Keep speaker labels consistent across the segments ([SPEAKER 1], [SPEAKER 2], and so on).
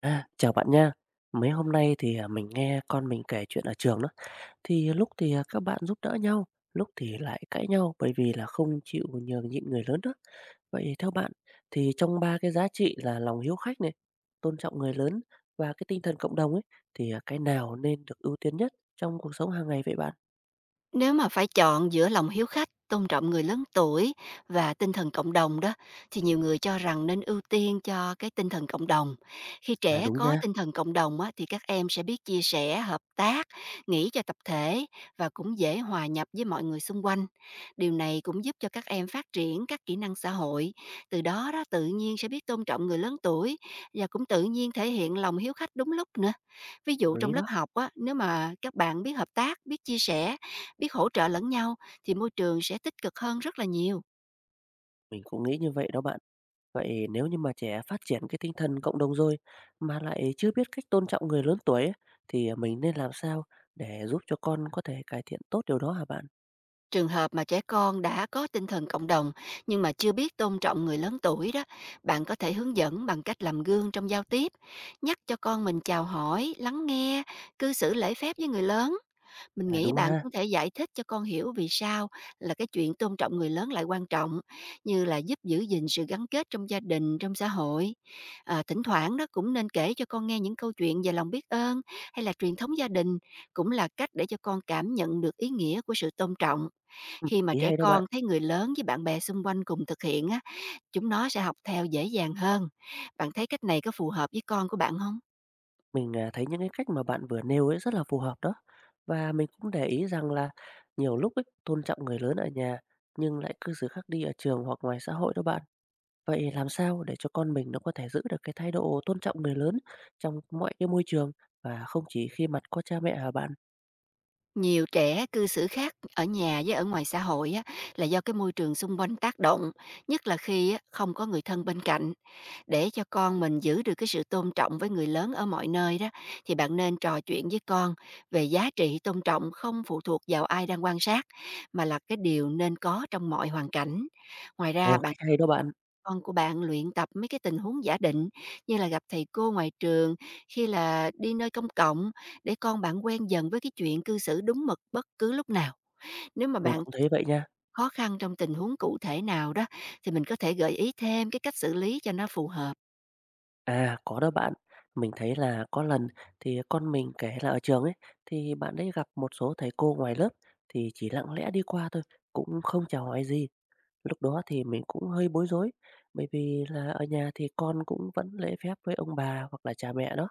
[SPEAKER 1] À, chào bạn nha. Mấy hôm nay mình nghe con mình kể chuyện ở trường đó. Lúc thì các bạn giúp đỡ nhau, lúc thì lại cãi nhau bởi vì là không chịu nhường nhịn người lớn đó. Vậy theo bạn thì trong ba cái giá trị là lòng hiếu khách này, tôn trọng người lớn và cái tinh thần cộng đồng ấy cái nào nên được ưu tiên nhất trong cuộc sống hàng ngày vậy bạn?
[SPEAKER 2] Nếu mà phải chọn giữa lòng hiếu khách, tôn trọng người lớn tuổi và tinh thần cộng đồng đó, thì nhiều người cho rằng nên ưu tiên cho cái tinh thần cộng đồng. Khi
[SPEAKER 1] À
[SPEAKER 2] trẻ
[SPEAKER 1] đúng
[SPEAKER 2] có
[SPEAKER 1] nha,
[SPEAKER 2] tinh thần cộng đồng á, thì các em sẽ biết chia sẻ, hợp tác, nghĩ cho tập thể và cũng dễ hòa nhập với mọi người xung quanh. Điều này cũng giúp cho các em phát triển các kỹ năng xã hội. Từ đó đó tự nhiên sẽ biết tôn trọng người lớn tuổi và cũng tự nhiên thể hiện lòng hiếu khách đúng lúc nữa. Ví dụ
[SPEAKER 1] hợp lý
[SPEAKER 2] trong lớp
[SPEAKER 1] đó.
[SPEAKER 2] học á, nếu mà các bạn biết hợp tác, biết chia sẻ, biết hỗ trợ lẫn nhau thì môi trường sẽ tích cực hơn rất là nhiều.
[SPEAKER 1] Mình cũng nghĩ như vậy đó bạn. Vậy nếu như mà trẻ phát triển cái tinh thần cộng đồng rồi mà lại chưa biết cách tôn trọng người lớn tuổi ấy, thì mình nên làm sao để giúp cho con có thể cải thiện tốt điều đó hả bạn?
[SPEAKER 2] Trường hợp mà trẻ con đã có tinh thần cộng đồng nhưng mà chưa biết tôn trọng người lớn tuổi đó, bạn có thể hướng dẫn bằng cách làm gương trong giao tiếp, nhắc cho con mình chào hỏi, lắng nghe, cư xử lễ phép với người lớn. Mình
[SPEAKER 1] Là
[SPEAKER 2] nghĩ
[SPEAKER 1] đúng
[SPEAKER 2] bạn
[SPEAKER 1] ha.
[SPEAKER 2] cũng có thể giải thích cho con hiểu vì sao là cái chuyện tôn trọng người lớn lại quan trọng, như là giúp giữ gìn sự gắn kết trong gia đình, trong xã hội. À, thỉnh thoảng đó cũng nên kể cho con nghe những câu chuyện về lòng biết ơn hay là truyền thống gia đình, cũng là cách để cho con cảm nhận được ý nghĩa của sự tôn trọng.
[SPEAKER 1] Ừ,
[SPEAKER 2] Khi mà
[SPEAKER 1] ý
[SPEAKER 2] trẻ
[SPEAKER 1] hay đó bạn.
[SPEAKER 2] con thấy người lớn với bạn bè xung quanh cùng thực hiện á, chúng nó sẽ học theo dễ dàng hơn. Bạn thấy cách này có phù hợp với con của bạn không?
[SPEAKER 1] Mình thấy những cái cách mà bạn vừa nêu ấy rất là phù hợp đó. Và mình cũng để ý rằng là nhiều lúc ấy, tôn trọng người lớn ở nhà nhưng lại cư xử khác đi ở trường hoặc ngoài xã hội đó bạn. Vậy làm sao để cho con mình nó có thể giữ được cái thái độ tôn trọng người lớn trong mọi cái môi trường và không chỉ khi mặt có cha mẹ hả bạn?
[SPEAKER 2] Nhiều trẻ cư xử khác ở nhà với ở ngoài xã hội á, là do cái môi trường xung quanh tác động, nhất là khi á, không có người thân bên cạnh. Để cho con mình giữ được cái sự tôn trọng với người lớn ở mọi nơi đó, thì bạn nên trò chuyện với con về giá trị tôn trọng không phụ thuộc vào ai đang quan sát, mà là cái điều nên có trong mọi hoàn cảnh. Ngoài
[SPEAKER 1] Ồ,
[SPEAKER 2] ra, bạn
[SPEAKER 1] cách hay đó bạn,
[SPEAKER 2] con của bạn luyện tập mấy cái tình huống giả định, như là gặp thầy cô ngoài trường, khi là đi nơi công cộng, để con bạn quen dần với cái chuyện cư xử đúng mực bất cứ lúc nào. Nếu mà
[SPEAKER 1] mình
[SPEAKER 2] bạn
[SPEAKER 1] cũng thấy vậy nha.
[SPEAKER 2] khó khăn trong tình huống cụ thể nào đó, thì mình có thể gợi ý thêm cái cách xử lý cho nó phù hợp.
[SPEAKER 1] À, có đó bạn, mình thấy là có lần thì con mình kể là ở trường ấy, thì bạn ấy gặp một số thầy cô ngoài lớp thì chỉ lặng lẽ đi qua thôi, cũng không chào hỏi gì. Lúc đó thì mình cũng hơi bối rối, bởi vì là ở nhà thì con cũng vẫn lễ phép với ông bà hoặc là cha mẹ đó.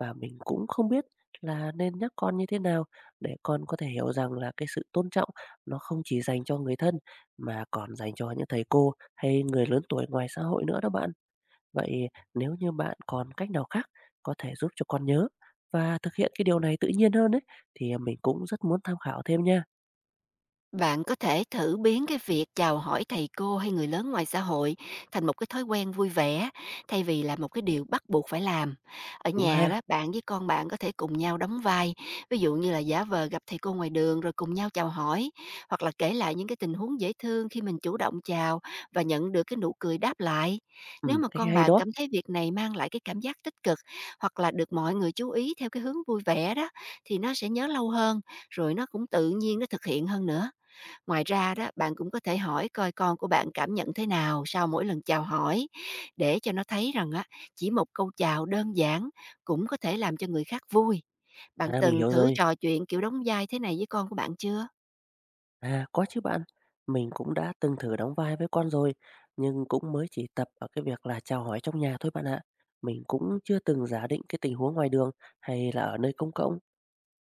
[SPEAKER 1] Và mình cũng không biết là nên nhắc con như thế nào để con có thể hiểu rằng là cái sự tôn trọng nó không chỉ dành cho người thân mà còn dành cho những thầy cô hay người lớn tuổi ngoài xã hội nữa đó bạn. Vậy nếu như bạn còn cách nào khác có thể giúp cho con nhớ và thực hiện cái điều này tự nhiên hơn ấy thì mình cũng rất muốn tham khảo thêm nha.
[SPEAKER 2] Bạn có thể thử biến cái việc chào hỏi thầy cô hay người lớn ngoài xã hội thành một cái thói quen vui vẻ, thay vì là một cái điều bắt buộc phải làm. Ở
[SPEAKER 1] Đúng
[SPEAKER 2] nhà
[SPEAKER 1] ha?
[SPEAKER 2] đó, bạn với con bạn có thể cùng nhau đóng vai, ví dụ như là giả vờ gặp thầy cô ngoài đường rồi cùng nhau chào hỏi, hoặc là kể lại những cái tình huống dễ thương khi mình chủ động chào và nhận được cái nụ cười đáp lại. Nếu mà
[SPEAKER 1] Cách
[SPEAKER 2] con
[SPEAKER 1] hay
[SPEAKER 2] bạn
[SPEAKER 1] đó.
[SPEAKER 2] cảm thấy việc này mang lại cái cảm giác tích cực, hoặc là được mọi người chú ý theo cái hướng vui vẻ đó, thì nó sẽ nhớ lâu hơn, rồi nó cũng tự nhiên nó thực hiện hơn nữa. Ngoài ra đó, bạn cũng có thể hỏi coi con của bạn cảm nhận thế nào sau mỗi lần chào hỏi, để cho nó thấy rằng á, chỉ một câu chào đơn giản cũng có thể làm cho người khác vui. Bạn
[SPEAKER 1] À, mình
[SPEAKER 2] từng
[SPEAKER 1] hiểu
[SPEAKER 2] thử
[SPEAKER 1] rồi.
[SPEAKER 2] trò chuyện kiểu đóng vai thế này với con của bạn chưa?
[SPEAKER 1] À, có chứ bạn. Mình cũng đã từng thử đóng vai với con rồi, nhưng cũng mới chỉ tập ở cái việc là chào hỏi trong nhà thôi bạn ạ. Mình cũng chưa từng giả định cái tình huống ngoài đường hay là ở nơi công cộng.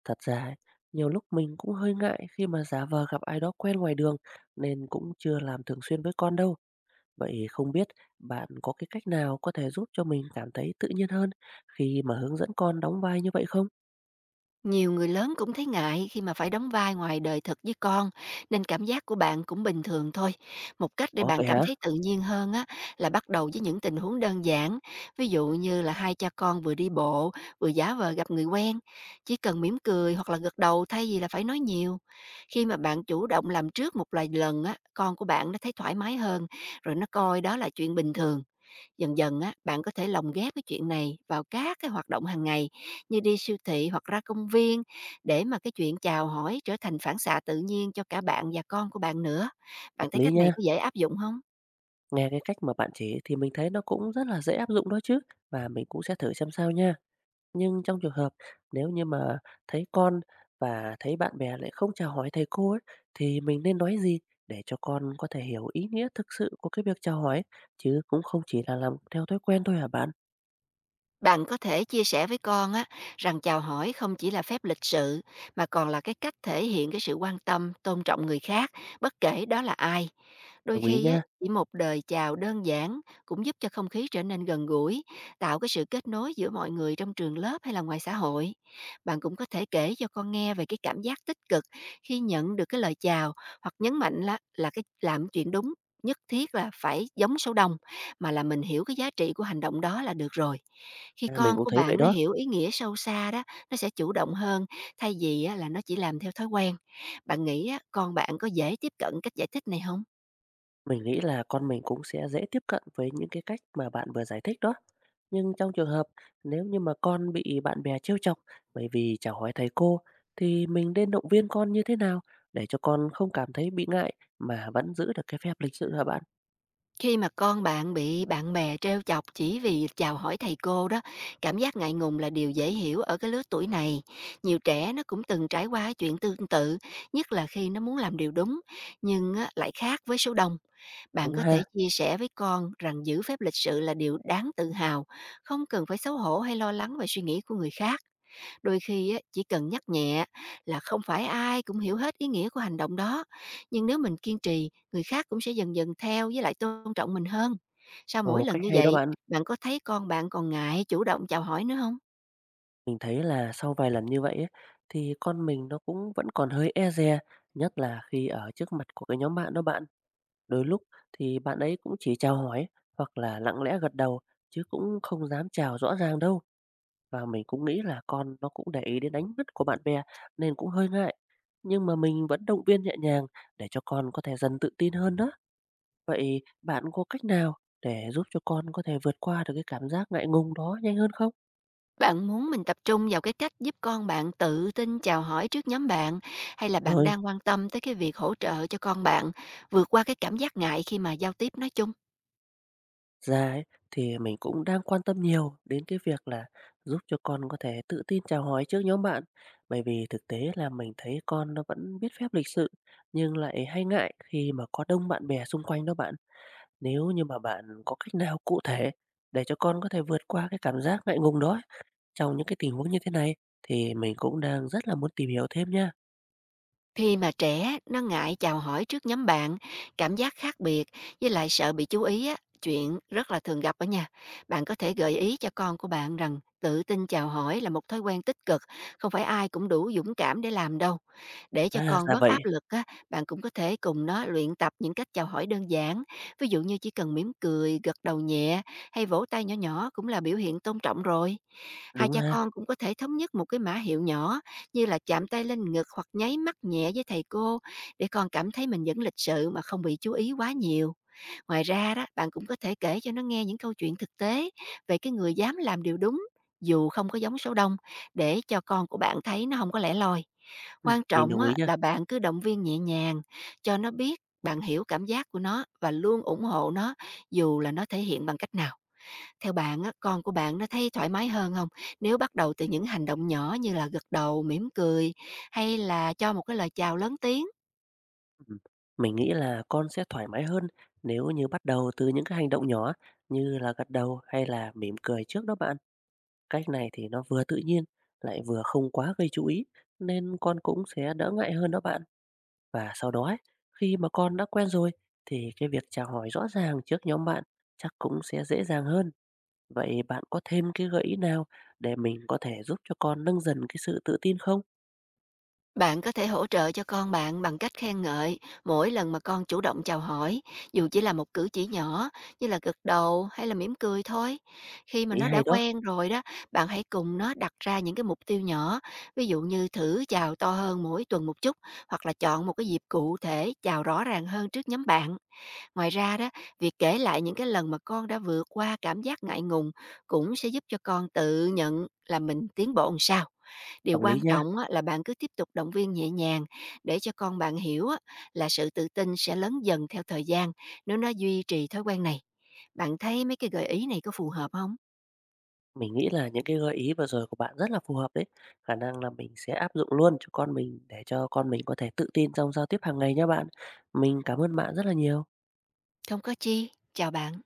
[SPEAKER 1] Thật ra ấy, nhiều lúc mình cũng hơi ngại khi mà giả vờ gặp ai đó quen ngoài đường nên cũng chưa làm thường xuyên với con đâu. Vậy không biết bạn có cái cách nào có thể giúp cho mình cảm thấy tự nhiên hơn khi mà hướng dẫn con đóng vai như vậy không?
[SPEAKER 2] Nhiều người lớn cũng thấy ngại khi mà phải đóng vai ngoài đời thực với con, nên cảm giác của bạn cũng bình thường thôi. Một cách để
[SPEAKER 1] Có vậy
[SPEAKER 2] bạn cảm
[SPEAKER 1] hả?
[SPEAKER 2] thấy tự nhiên hơn á, là bắt đầu với những tình huống đơn giản, ví dụ như là hai cha con vừa đi bộ, vừa giả vờ gặp người quen, chỉ cần mỉm cười hoặc là gật đầu thay vì là phải nói nhiều. Khi mà bạn chủ động làm trước một vài lần á, con của bạn nó thấy thoải mái hơn, rồi nó coi đó là chuyện bình thường. Dần dần á, bạn có thể lồng ghép cái chuyện này vào các cái hoạt động hàng ngày, như đi siêu thị hoặc ra công viên, để mà cái chuyện chào hỏi trở thành phản xạ tự nhiên cho cả bạn và con của bạn nữa.
[SPEAKER 1] Hợp
[SPEAKER 2] Bạn thấy
[SPEAKER 1] lý
[SPEAKER 2] cách này
[SPEAKER 1] nha.
[SPEAKER 2] có dễ áp dụng không?
[SPEAKER 1] Nghe cái cách mà bạn chỉ thì mình thấy nó cũng rất là dễ áp dụng đó chứ, và mình cũng sẽ thử xem sao nha. Nhưng trong trường hợp nếu như mà thấy con và thấy bạn bè lại không chào hỏi thầy cô ấy, thì mình nên nói gì để cho con có thể hiểu ý nghĩa thực sự của cái việc chào hỏi, chứ cũng không chỉ là làm theo thói quen thôi hả bạn?
[SPEAKER 2] Bạn có thể chia sẻ với con á, rằng chào hỏi không chỉ là phép lịch sự, mà còn là cái cách thể hiện cái sự quan tâm, tôn trọng người khác, bất kể đó là ai. Đôi
[SPEAKER 1] Đồng ý
[SPEAKER 2] khi á,
[SPEAKER 1] nha,
[SPEAKER 2] chỉ một đời chào đơn giản cũng giúp cho không khí trở nên gần gũi, tạo cái sự kết nối giữa mọi người trong trường lớp hay là ngoài xã hội. Bạn cũng có thể kể cho con nghe về cái cảm giác tích cực khi nhận được cái lời chào, hoặc nhấn mạnh là cái làm chuyện đúng nhất thiết là phải giống số đông, mà là mình hiểu cái giá trị của hành động đó là được rồi. Khi
[SPEAKER 1] à, mình
[SPEAKER 2] con
[SPEAKER 1] cũng
[SPEAKER 2] của
[SPEAKER 1] thấy vậy
[SPEAKER 2] bạn nó
[SPEAKER 1] đó.
[SPEAKER 2] hiểu ý nghĩa sâu xa đó, nó sẽ chủ động hơn, thay vì á, là nó chỉ làm theo thói quen. Bạn nghĩ á, con bạn có dễ tiếp cận cách giải thích này không?
[SPEAKER 1] Mình nghĩ là con mình cũng sẽ dễ tiếp cận với những cái cách mà bạn vừa giải thích đó. Nhưng trong trường hợp nếu như mà con bị bạn bè trêu chọc bởi vì chả hỏi thầy cô thì mình nên động viên con như thế nào để cho con không cảm thấy bị ngại mà vẫn giữ được cái phép lịch sự hả bạn?
[SPEAKER 2] Khi mà con bạn bị bạn bè trêu chọc chỉ vì chào hỏi thầy cô đó, cảm giác ngại ngùng là điều dễ hiểu ở cái lứa tuổi này. Nhiều trẻ nó cũng từng trải qua cái chuyện tương tự, nhất là khi nó muốn làm điều đúng nhưng á, lại khác với số đông. Bạn
[SPEAKER 1] Đúng
[SPEAKER 2] có thể
[SPEAKER 1] ha?
[SPEAKER 2] chia sẻ với con rằng giữ phép lịch sự là điều đáng tự hào, không cần phải xấu hổ hay lo lắng về suy nghĩ của người khác. Đôi khi á, chỉ cần nhắc nhẹ là không phải ai cũng hiểu hết ý nghĩa của hành động đó. Nhưng nếu mình kiên trì, người khác cũng sẽ dần dần theo với lại tôn trọng mình hơn. Sau mỗi
[SPEAKER 1] Ồ,
[SPEAKER 2] lần
[SPEAKER 1] cách
[SPEAKER 2] như
[SPEAKER 1] hay đó
[SPEAKER 2] vậy,
[SPEAKER 1] bạn.
[SPEAKER 2] bạn có thấy con bạn còn ngại chủ động chào hỏi nữa không?
[SPEAKER 1] Mình thấy là sau vài lần như vậy ấy, thì con mình nó cũng vẫn còn hơi e dè, nhất là khi ở trước mặt của cái nhóm bạn đó bạn. Đôi lúc thì bạn ấy cũng chỉ chào hỏi hoặc là lặng lẽ gật đầu chứ cũng không dám chào rõ ràng đâu. Và mình cũng nghĩ là con nó cũng để ý đến ánh mắt của bạn bè nên cũng hơi ngại. Nhưng mà mình vẫn động viên nhẹ nhàng để cho con có thể dần tự tin hơn đó. Vậy bạn có cách nào để giúp cho con có thể vượt qua được cái cảm giác ngại ngùng đó nhanh hơn không?
[SPEAKER 2] Bạn muốn mình tập trung vào cái cách giúp con bạn tự tin chào hỏi trước nhóm bạn, hay là bạn
[SPEAKER 1] Rồi.
[SPEAKER 2] đang quan tâm tới cái việc hỗ trợ cho con bạn vượt qua cái cảm giác ngại khi mà giao tiếp nói chung?
[SPEAKER 1] Ra ấy, thì mình cũng đang quan tâm nhiều đến cái việc là giúp cho con có thể tự tin chào hỏi trước nhóm bạn. Bởi vì thực tế là mình thấy con nó vẫn biết phép lịch sự, nhưng lại hay ngại khi mà có đông bạn bè xung quanh đó bạn. Nếu như mà bạn có cách nào cụ thể để cho con có thể vượt qua cái cảm giác ngại ngùng đó ấy, trong những cái tình huống như thế này, thì mình cũng đang rất là muốn tìm hiểu thêm nha.
[SPEAKER 2] Khi mà trẻ nó ngại chào hỏi trước nhóm bạn, cảm giác khác biệt với lại sợ bị chú ý á, chuyện rất là thường gặp ở nhà. Bạn có thể gợi ý cho con của bạn rằng tự tin chào hỏi là một thói quen tích cực, không phải ai cũng đủ dũng cảm để làm đâu. Để cho
[SPEAKER 1] À,
[SPEAKER 2] con
[SPEAKER 1] ra
[SPEAKER 2] bớt
[SPEAKER 1] vậy,
[SPEAKER 2] áp lực á, bạn cũng có thể cùng nó luyện tập những cách chào hỏi đơn giản, ví dụ như chỉ cần mỉm cười, gật đầu nhẹ hay vỗ tay nhỏ nhỏ cũng là biểu hiện tôn trọng rồi. Hai
[SPEAKER 1] đúng
[SPEAKER 2] cha
[SPEAKER 1] ha.
[SPEAKER 2] con cũng có thể thống nhất một cái mã hiệu nhỏ, như là chạm tay lên ngực hoặc nháy mắt nhẹ với thầy cô, để con cảm thấy mình vẫn lịch sự mà không bị chú ý quá nhiều. Ngoài ra đó, bạn cũng có thể kể cho nó nghe những câu chuyện thực tế về cái người dám làm điều đúng dù không có giống số đông, để cho con của bạn thấy nó không có lẻ loi.
[SPEAKER 1] Ừ,
[SPEAKER 2] Quan
[SPEAKER 1] mình
[SPEAKER 2] trọng
[SPEAKER 1] đồng
[SPEAKER 2] á,
[SPEAKER 1] ý nha.
[SPEAKER 2] là bạn cứ động viên nhẹ nhàng cho nó biết bạn hiểu cảm giác của nó và luôn ủng hộ nó, dù là nó thể hiện bằng cách nào. Theo bạn á, con của bạn nó thấy thoải mái hơn không, nếu bắt đầu từ những hành động nhỏ như là gật đầu, mỉm cười hay là cho một cái lời chào lớn tiếng?
[SPEAKER 1] Ừm, mình nghĩ là con sẽ thoải mái hơn nếu như bắt đầu từ những cái hành động nhỏ như là gật đầu hay là mỉm cười trước đó bạn. Cách này thì nó vừa tự nhiên lại vừa không quá gây chú ý nên con cũng sẽ đỡ ngại hơn đó bạn. Và sau đó ấy, khi mà con đã quen rồi thì cái việc chào hỏi rõ ràng trước nhóm bạn chắc cũng sẽ dễ dàng hơn. Vậy bạn có thêm cái gợi ý nào để mình có thể giúp cho con nâng dần cái sự tự tin không?
[SPEAKER 2] Bạn có thể hỗ trợ cho con bạn bằng cách khen ngợi mỗi lần mà con chủ động chào hỏi, dù chỉ là một cử chỉ nhỏ như là gật đầu hay là mỉm cười thôi. Khi mà
[SPEAKER 1] Ý
[SPEAKER 2] nó
[SPEAKER 1] hay
[SPEAKER 2] đã
[SPEAKER 1] đó,
[SPEAKER 2] quen rồi đó, bạn hãy cùng nó đặt ra những cái mục tiêu nhỏ, ví dụ như thử chào to hơn mỗi tuần một chút, hoặc là chọn một cái dịp cụ thể chào rõ ràng hơn trước nhóm bạn. Ngoài ra đó, việc kể lại những cái lần mà con đã vượt qua cảm giác ngại ngùng cũng sẽ giúp cho con tự nhận là mình tiến bộ làm sao.
[SPEAKER 1] hợp
[SPEAKER 2] Điều
[SPEAKER 1] lý
[SPEAKER 2] quan
[SPEAKER 1] nha.
[SPEAKER 2] trọng á, là bạn cứ tiếp tục động viên nhẹ nhàng để cho con bạn hiểu á, là sự tự tin sẽ lớn dần theo thời gian nếu nó duy trì thói quen này. Bạn thấy mấy cái gợi ý này có phù hợp không?
[SPEAKER 1] Mình nghĩ là những cái gợi ý vừa rồi của bạn rất là phù hợp đấy. Khả năng là mình sẽ áp dụng luôn cho con mình để cho con mình có thể tự tin trong giao tiếp hàng ngày nha bạn. Mình cảm ơn bạn rất là nhiều.
[SPEAKER 2] Không có chi. Chào bạn.